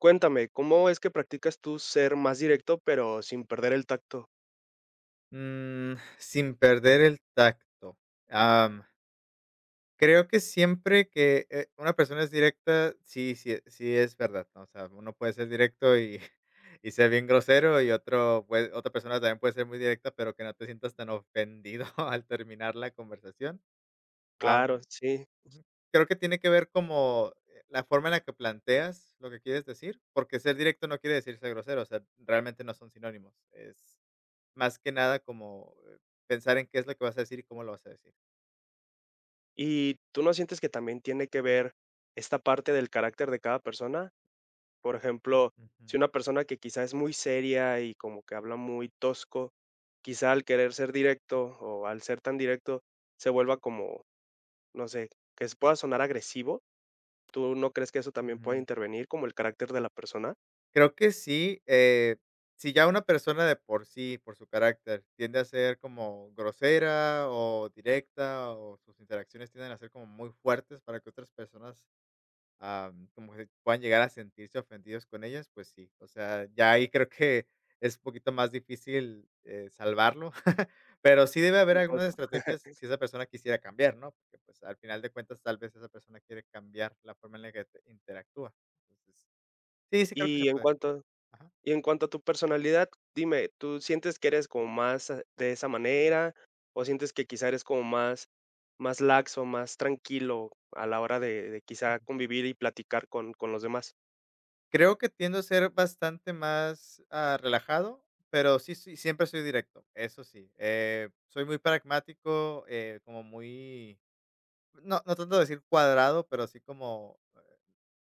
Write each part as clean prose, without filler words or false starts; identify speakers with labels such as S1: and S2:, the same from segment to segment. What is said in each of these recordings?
S1: Cuéntame, ¿cómo es que practicas tú ser más directo, pero sin perder el tacto?
S2: Mm, sin perder el tacto. Am, creo que siempre que, una persona es directa, sí, sí, sí es verdad, ¿no? O sea, uno puede ser directo y y ser bien grosero, y otro pue otra persona también puede ser muy directa, pero que no te sientas tan ofendido al terminar la conversación.
S1: Claro,
S2: Am,
S1: sí.
S2: Ujú. Creo que tiene que ver como, la forma en la que planteas lo que quieres decir, porque ser directo no quiere decir ser grosero, o sea, realmente no son sinónimos, más que nada como, pensar en qué es lo que vas a decir y cómo lo vas a decir.
S1: ¿Y tú no sientes que también tiene que ver esta parte del carácter de cada persona? Por ejemplo,
S2: Ujú.
S1: si una persona que quizá es muy seria y como que habla muy tosco, quizá al querer ser directo o al ser tan directo se vuelva como, no sé, que se pueda sonar agresivo. ¿Tú no crees que eso también puede
S2: Ujú.
S1: intervenir como el carácter de la persona?
S2: Creo que sí, si ya una persona de por sí, por su carácter, tiende a ser como grosera o directa, o sus interacciones tienden a ser como muy fuertes para que otras personas como que puedan llegar a sentirse ofendidos con ellas, pues sí. O sea, ya ahí creo que es un poquito más difícil, salvarlo, pero sí debe
S1: Por
S2: haber algunas
S1: supuesto.
S2: estrategias si esa persona quisiera cambiar, ¿no? Porque, pues, al final de cuentas, tal vez esa persona quiere cambiar la forma en la que te interactúa. Entonces, sí, sí creo que se
S1: Y en
S2: puede.
S1: cuanto
S2: Ajá.
S1: Y en cuanto a tu personalidad, dime, ¿tú sientes que eres como más de esa manera o sientes que quizá eres como más, más laxo, más tranquilo a la hora de quizá
S2: Ujú.
S1: convivir y platicar con los demás?
S2: Creo que tiendo a ser bastante más, relajado, pero sí soy siempre soy directo, eso sí. Soy muy pragmático, como muy... no, no tanto decir cuadrado, pero así como,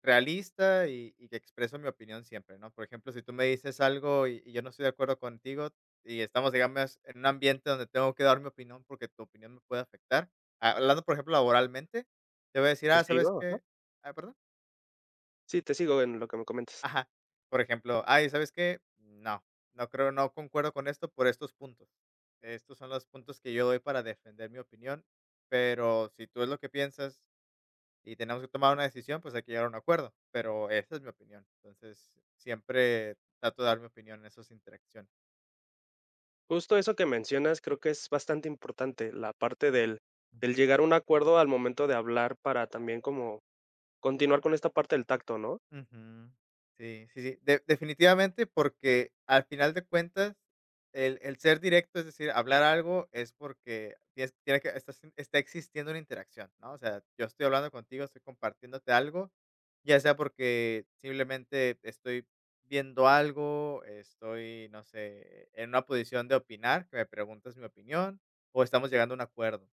S2: realista y que expreso mi opinión siempre, ¿no? Por ejemplo, si tú me dices algo y yo no estoy de acuerdo contigo y estamos, digamos, en un ambiente donde tengo que dar mi opinión porque tu opinión me puede afectar, hablando, por ejemplo, laboralmente, te voy a decir:
S1: ¿Te
S2: "Ah, ¿sabes
S1: sigo? Ajá.
S2: qué?". Ah, ¿perdón?
S1: Sí, te sigo en lo que me comentas.
S2: Ajá. Por ejemplo: "Ay, ¿sabes qué? No, no creo, no concuerdo con esto por estos puntos. Estos son los puntos que yo doy para defender mi opinión, pero si tú es lo que piensas y tenemos que tomar una decisión, pues hay que llegar a un acuerdo, pero esa es mi opinión. Entonces, siempre trato de dar mi opinión en esas interacciones".
S1: Justo eso que mencionas creo que es bastante importante, la parte del llegar a un acuerdo al momento de hablar para también como continuar con esta parte del tacto, ¿no?
S2: Ujú. Sí, sí, sí. De definitivamente, porque al final de cuentas, el ser directo, es decir, hablar algo es porque tienes tiene que estás está existiendo una interacción, ¿no? O sea, yo estoy hablando contigo, estoy compartiéndote algo, ya sea porque simplemente estoy viendo algo, estoy, no sé, en una posición de opinar, que me preguntas mi opinión, o estamos llegando a un acuerdo.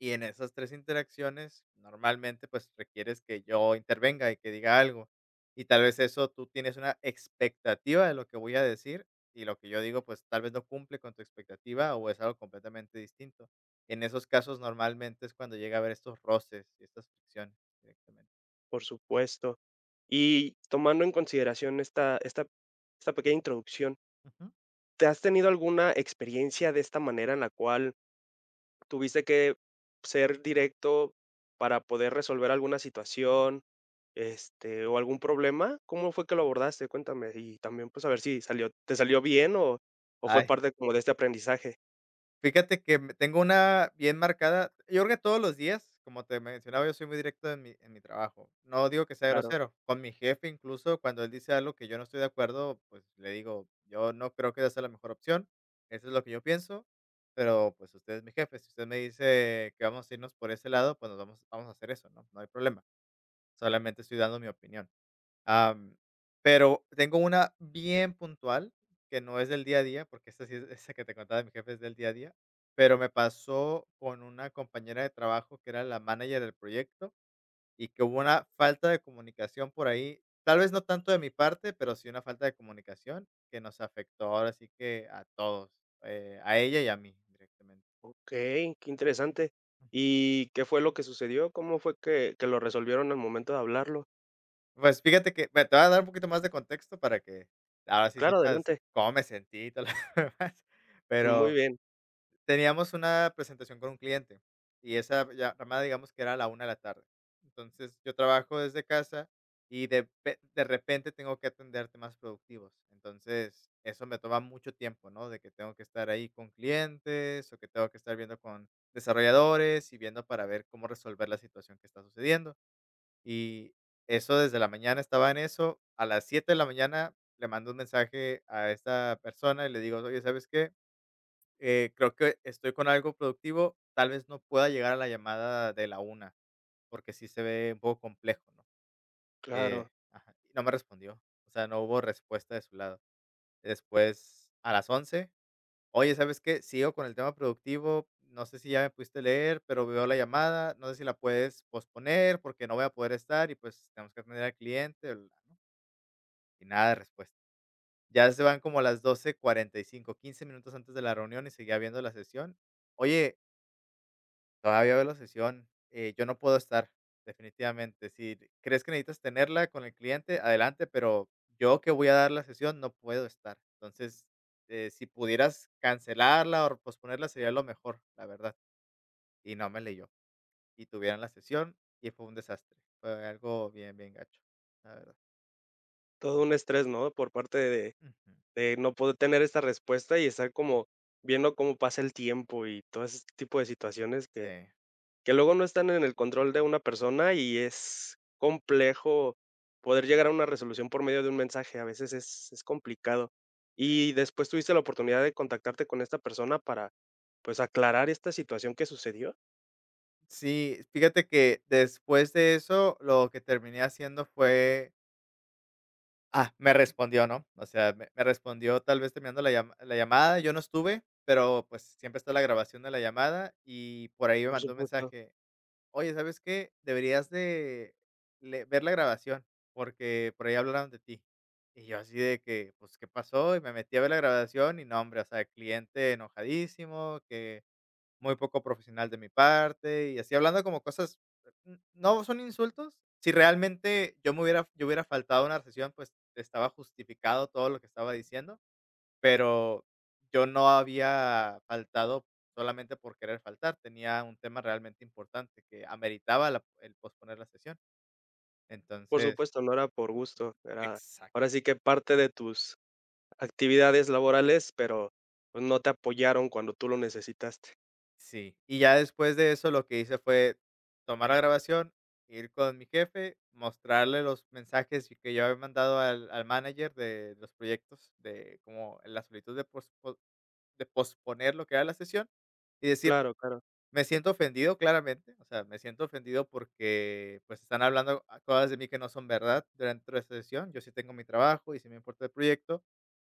S2: Y en esas 3 interacciones, normalmente, pues, requieres que yo intervenga y que diga algo. Y tal vez eso tú tienes una expectativa de lo que voy a decir, y lo que yo digo, pues, tal vez no cumple con tu expectativa, o es algo completamente distinto. En esos casos, normalmente, es cuando llega a haber estos roces y estas fricciones directamente.
S1: Por supuesto. Y tomando en consideración esta pequeña introducción.
S2: Ujú.
S1: ¿Te has tenido alguna experiencia de esta manera en la cual tuviste que ser directo para poder resolver alguna situación, este, o algún problema? ¿Cómo fue que lo abordaste? Cuéntame, y también, pues, a ver si salió, ¿te salió bien o fue
S2: Ay.
S1: parte como de este aprendizaje?
S2: Fíjate que me tengo una bien marcada. Yo creo que todos los días, como te mencionaba, yo soy muy directo en mi trabajo. No digo que sea
S1: Claro,
S2: grosero. Con mi jefe, incluso, cuando él dice algo que yo no estoy de acuerdo, pues, le digo: "Yo no creo que esa sea la mejor opción. Eso es lo que yo pienso, pero, pues, usted es mi jefe. Si usted me dice que vamos a irnos por ese lado, pues, nos vamos a hacer eso, ¿no? No hay problema. Solamente estoy dando mi opinión". Am, pero tengo una bien puntual, que no es del día a día, porque esta sí es esa que te contaba de mi jefe es del día a día, pero me pasó con una compañera de trabajo que era la manager del proyecto y que hubo una falta de comunicación por ahí, tal vez no tanto de mi parte, pero sí una falta de comunicación que nos afectó ahora sí que a todos, a ella y a mí directamente.
S1: okey, qué interesante. ¿Y qué fue lo que sucedió? ¿Cómo fue que lo resolvieron al momento de hablarlo?
S2: Pues fíjate que, bueno, te voy a dar un poquito más de contexto para que ahora sí
S1: Claro,
S2: sepas
S1: adelante.
S2: cómo me sentí y todo lo demás,
S1: Muy
S2: pero
S1: bien,
S2: teníamos una presentación con un cliente y esa ya llamada, digamos que era a la 1 de la tarde. Entonces, yo trabajo desde casa y de repente tengo que atender temas productivos. Entonces, eso me toma mucho tiempo, ¿no? De que tengo que estar ahí con clientes o que tengo que estar viendo con desarrolladores y viendo para ver cómo resolver la situación que está sucediendo. Y eso desde la mañana estaba en eso. A las 7 de la mañana le mando un mensaje a esta persona y le digo: "Oye, ¿sabes qué? Creo que estoy con algo productivo, tal vez no pueda llegar a la llamada de la 1 porque sí se ve un poco complejo, ¿no?".
S1: claro.
S2: Ajá, y no me respondió, o sea, no hubo respuesta de su lado. Después, a las 11: "Oye, ¿sabes qué? Sigo con el tema productivo, no sé si ya me pudiste leer, pero veo la llamada, no sé si la puedes posponer porque no voy a poder estar y pues tenemos que atender al cliente, bla, bla, ¿no?". Y nada de respuesta. Ya se van como las 12:45, 15 minutos antes de la reunión, y seguía viendo la sesión. "Oye, todavía veo la sesión, yo no puedo estar, definitivamente. Si crees que necesitas tenerla con el cliente, adelante, pero yo que voy a dar la sesión no puedo estar. Entonces, si pudieras cancelarla o posponerla sería lo mejor, la verdad". Y no me leyó. Y tuvieron la sesión y fue un desastre. Fue algo bien, bien gacho, la verdad.
S1: Todo un estrés, ¿no? Por parte de
S2: Ujú.
S1: De no poder tener esta respuesta y estar como viendo cómo pasa el tiempo y todo ese tipo de situaciones
S2: Sí.
S1: que luego no están en el control de una persona y es complejo poder llegar a una resolución por medio de un mensaje, a veces es complicado. Y después, ¿tuviste la oportunidad de contactarte con esta persona para, pues, aclarar esta situación que sucedió?
S2: Sí, fíjate que después de eso, lo que terminé haciendo fue... me respondió, ¿no? O sea, me respondió tal vez terminando la llamada, yo no estuve, pero, pues, siempre está la grabación de la llamada, y por ahí me
S1: Por
S2: mandó un
S1: supuesto,
S2: mensaje: "Oye, ¿sabes qué? Deberías de le ver la grabación, porque por ahí hablaron de ti". Y yo así de que, pues, ¿qué pasó? Y me metí a ver la grabación y no, hombre, o sea, cliente enojadísimo, que muy poco profesional de mi parte, y así hablando como cosas, n no son insultos. Si realmente yo hubiera faltado a una sesión, pues, estaba justificado todo lo que estaba diciendo, pero yo no había faltado solamente por querer faltar, tenía un tema realmente importante que ameritaba la el posponer la sesión.
S1: por
S2: Entonces...
S1: supuesto, no era por
S2: Mm,
S1: gusto, era ahora sí que parte de tus actividades laborales, pero, pues, no te apoyaron cuando tú lo necesitaste.
S2: sí, y ya después de eso, lo que hice fue tomar la grabación, ir con mi jefe, mostrarle los mensajes y que yo había mandado al manager de los proyectos, de como la solicitud de pospo de posponer lo que era la sesión, y decir:
S1: Claro, claro,
S2: "Me siento ofendido, claramente, o sea, me siento ofendido porque, pues, están hablando a cosas de mí que no son verdad dentro de esta sesión. Yo sí tengo mi trabajo y sí me importa el proyecto,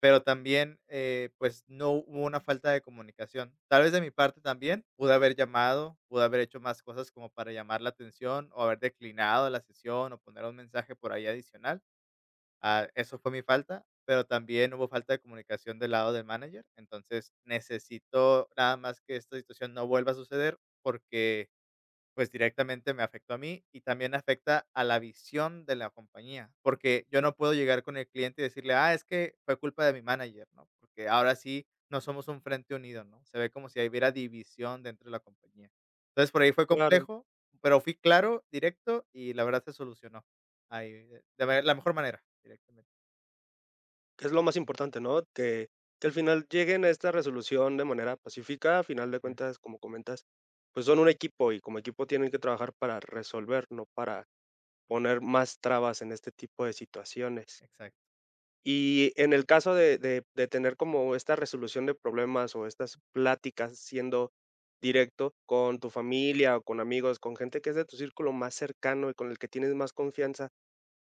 S2: pero también, pues, no hubo una falta de comunicación. Tal vez de mi parte también, pude haber llamado, pude haber hecho más cosas como para llamar la atención o haber declinado la sesión o poner un mensaje por ahí adicional. Ah, eso fue mi falta, pero también hubo falta de comunicación del lado del manager. Entonces, necesito nada más que esta situación no vuelva a suceder porque, pues, directamente me afectó a mí y también afecta a la visión de la compañía, porque yo no puedo llegar con el cliente y decirle: 'Ah, es que fue culpa de mi manager', ¿no? Porque ahora sí no somos un frente unido, ¿no? Se ve como si hubiera división dentro de la compañía". Entonces, por ahí fue
S1: claro,
S2: complejo, pero fui claro, directo y la verdad se solucionó ahí de la mejor manera, directamente.
S1: que es lo más importante, ¿no? Que al final lleguen a esta resolución de manera pacífica, a final de
S2: Ujú,
S1: cuentas, como comentas, pues son un equipo y como equipo tienen que trabajar para resolver, no para poner más trabas en este tipo de situaciones.
S2: exacto.
S1: Y en el caso de tener como esta resolución de problemas o estas pláticas siendo directo con tu familia o con amigos, con gente que es de tu círculo más cercano y con el que tienes más confianza.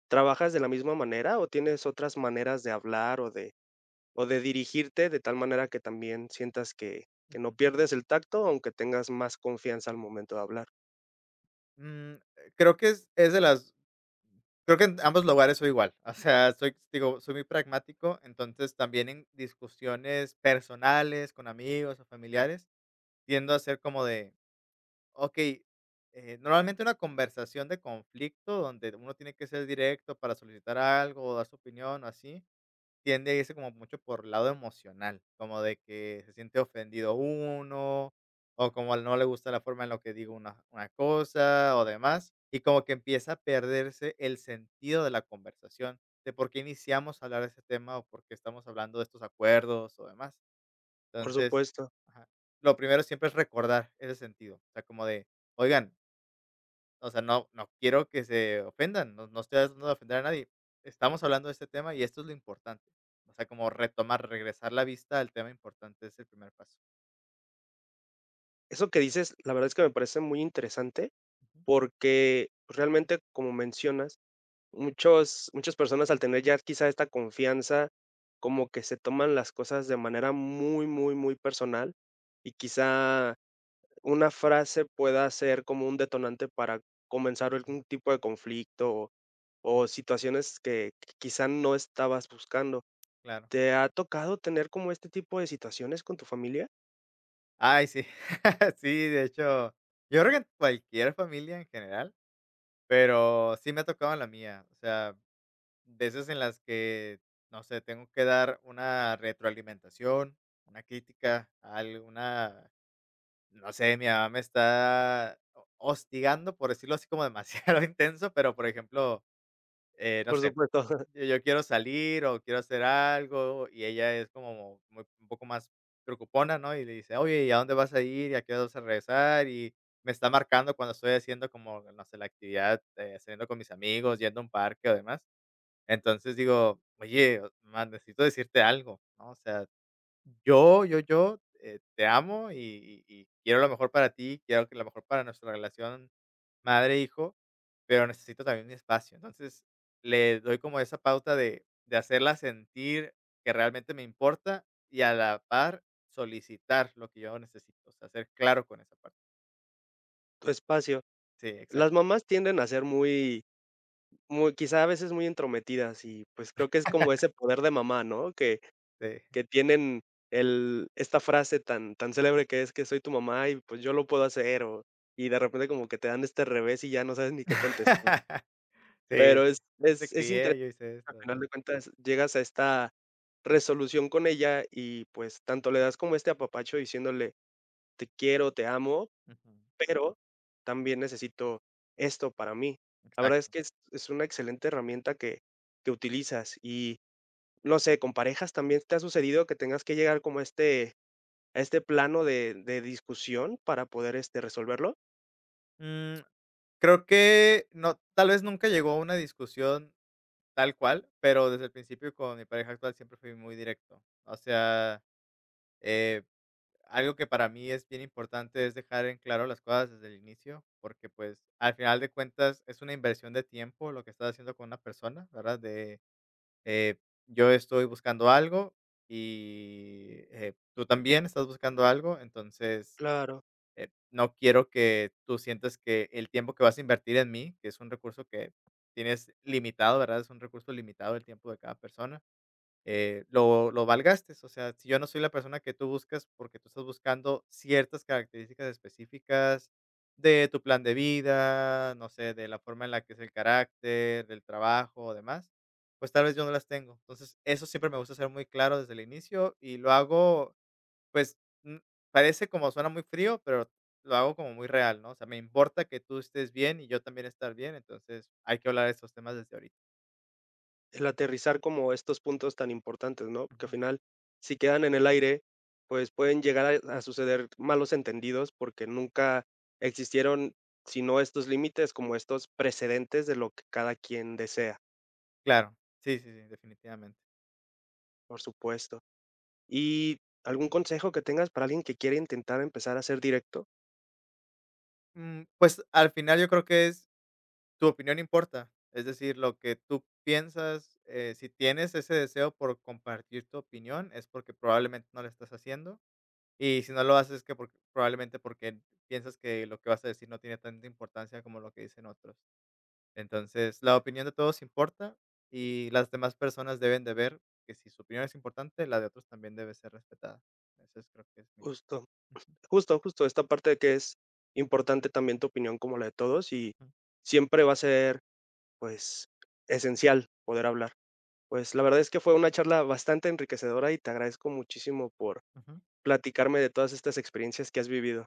S1: ¿Trabajas de la misma manera o tienes otras maneras de hablar o de dirigirte de tal manera que también sientas que no
S2: Ujú.
S1: pierdes el tacto, aunque tengas más confianza al momento de hablar?
S2: Creo que es de las Creo que en ambos lugares soy igual. O sea, soy, digo, soy muy pragmático, entonces también en discusiones personales con amigos o familiares tiendo a ser como de, okey, normalmente una conversación de conflicto donde uno tiene que ser directo para solicitar algo o dar su opinión o así, tiende a irse como mucho por lado emocional, como de que se siente ofendido uno, o como no le gusta la forma en la que digo una cosa o demás, y como que empieza a perderse el sentido de la conversación, de por qué iniciamos a hablar de ese tema o por qué estamos hablando de estos acuerdos o demás.
S1: Por
S2: Entonces,
S1: supuesto.
S2: ajá, lo primero siempre es recordar ese sentido, o sea, como de, oigan, o sea, no quiero que se ofendan, no estoy tratando de ofender a nadie. Estamos hablando de este tema y esto es lo importante. O sea, como retomar, regresar la vista al tema importante es el primer paso.
S1: Eso que dices, la verdad es que me parece muy interesante,
S2: Ujú.
S1: porque realmente, como mencionas, muchos muchas personas al tener ya quizá esta confianza, como que se toman las cosas de manera muy, muy, muy personal y quizá una frase pueda ser como un detonante para comenzar
S2: Ujú.
S1: algún tipo de conflicto o situaciones que quizá no estabas buscando.
S2: Claro.
S1: ¿Te ha tocado tener como este tipo de situaciones con tu familia?
S2: Ay, sí. Sí, de hecho, yo creo que en cualquier familia en general, pero sí me ha tocado en la mía. O sea, veces en las que, no sé, tengo que dar una retroalimentación, una crítica, alguna. No sé, mi mamá me está ho hostigando, por decirlo así como demasiado intenso, pero, por ejemplo, no
S1: Por
S2: sé,
S1: supuesto,
S2: yo quiero salir o quiero hacer algo, y ella es como muy un poco más preocupona, ¿no? Y le dice: "Oye, ¿y a dónde vas a ir? ¿Y a qué hora vas a regresar?". Y me está marcando cuando estoy haciendo como, no sé, la actividad, saliendo con mis amigos, yendo a un parque o demás. Entonces digo: "Oye, o ma, necesito decirte algo", ¿no? O sea yo, te amo y quiero lo mejor para ti, quiero que lo mejor para nuestra relación madre-hijo, pero necesito también mi espacio. Entonces, le doy como esa pauta de hacerla sentir que realmente me importa y a la par solicitar lo que yo necesito, o sea, ser claro con esa parte.
S1: tu espacio.
S2: Sí,
S1: Las
S2: exacto,
S1: mamás tienden a ser muy, muy, quizá a veces muy entrometidas y pues creo que es como ese poder de mamá, ¿no?
S2: sí.
S1: Que tienen el, esta frase tan, tan célebre que es que soy tu mamá y pues yo lo puedo hacer o, y de repente como que te dan este revés y ya no sabes ni qué contestar.
S2: Sí,
S1: Pero
S2: sí. Yo te
S1: es
S2: crié,
S1: interesante,
S2: yo hice
S1: al
S2: esto.
S1: final de cuentas llegas a esta resolución con ella y, pues, tanto le das como este apapacho diciéndole: "Te quiero, te amo,
S2: Ujú,
S1: pero también necesito esto para mí". La verdad es
S2: exacto.
S1: que es una excelente herramienta que utilizas y, no sé, ¿con parejas también te ha sucedido que tengas que llegar como a este plano de discusión para poder, este, resolverlo?
S2: Mm, Creo que no, tal vez nunca llegó a una discusión. Tal cual, pero desde el principio con mi pareja actual siempre fui muy directo. O sea, eh, algo que para mí es bien importante es dejar en claro las cosas desde el inicio, porque pues al final de cuentas es una inversión de tiempo lo que estás haciendo con una persona, ¿verdad? De eh, yo estoy buscando algo y tú también estás buscando algo, entonces
S1: Claro,
S2: no quiero que tú sientas que el tiempo que vas a invertir en mí, que es un recurso que tienes limitado, ¿verdad? Es un recurso limitado el tiempo de cada persona, lo valgastes. O sea, si yo no soy la persona que tú buscas porque tú estás buscando ciertas características específicas de tu plan de vida, no sé, de la forma en la que es el carácter, del trabajo o demás, pues tal vez yo no las tengo. Entonces, eso siempre me gusta ser muy claro desde el inicio y lo hago pues, mm, parece como suena muy frío, pero lo hago como muy real, ¿no? O sea, me importa que tú estés bien y yo también estar bien, entonces hay que hablar de estos temas desde ahorita.
S1: el aterrizar como estos puntos tan importantes, ¿no? Porque
S2: Ujú.
S1: al final, si quedan en el aire, pues pueden llegar a suceder malos entendidos porque nunca existieron, sino estos límites, como estos precedentes de lo que cada quien desea,
S2: Claro, sí, sí, sí, definitivamente.
S1: por supuesto. ¿Y algún consejo que tengas para alguien que quiere intentar empezar a ser directo?
S2: Pues, al final yo creo que es tu opinión importa, es decir, lo que tú piensas, si tienes ese deseo por compartir tu opinión, es porque probablemente no lo estás haciendo, y si no lo haces, es que porque probablemente porque piensas que lo que vas a decir no tiene tanta importancia como lo que dicen otros. Entonces, la opinión de todos importa y las demás personas deben de ver que si su opinión es importante, la de otros también debe ser respetada. Eso es, creo que es mi.
S1: Justo,
S2: Ujú,
S1: justo, justo, esta parte de que es importante también tu opinión como la de todos y
S2: ujú,
S1: siempre va a ser, pues, esencial poder hablar. Pues la verdad es que fue una charla bastante enriquecedora y te agradezco muchísimo por
S2: ujú.
S1: platicarme de todas estas experiencias que has vivido.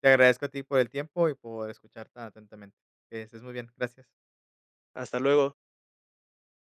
S2: Te agradezco a ti por el tiempo y por escuchar tan atentamente. Que estés muy bien. Gracias.
S1: Hasta luego.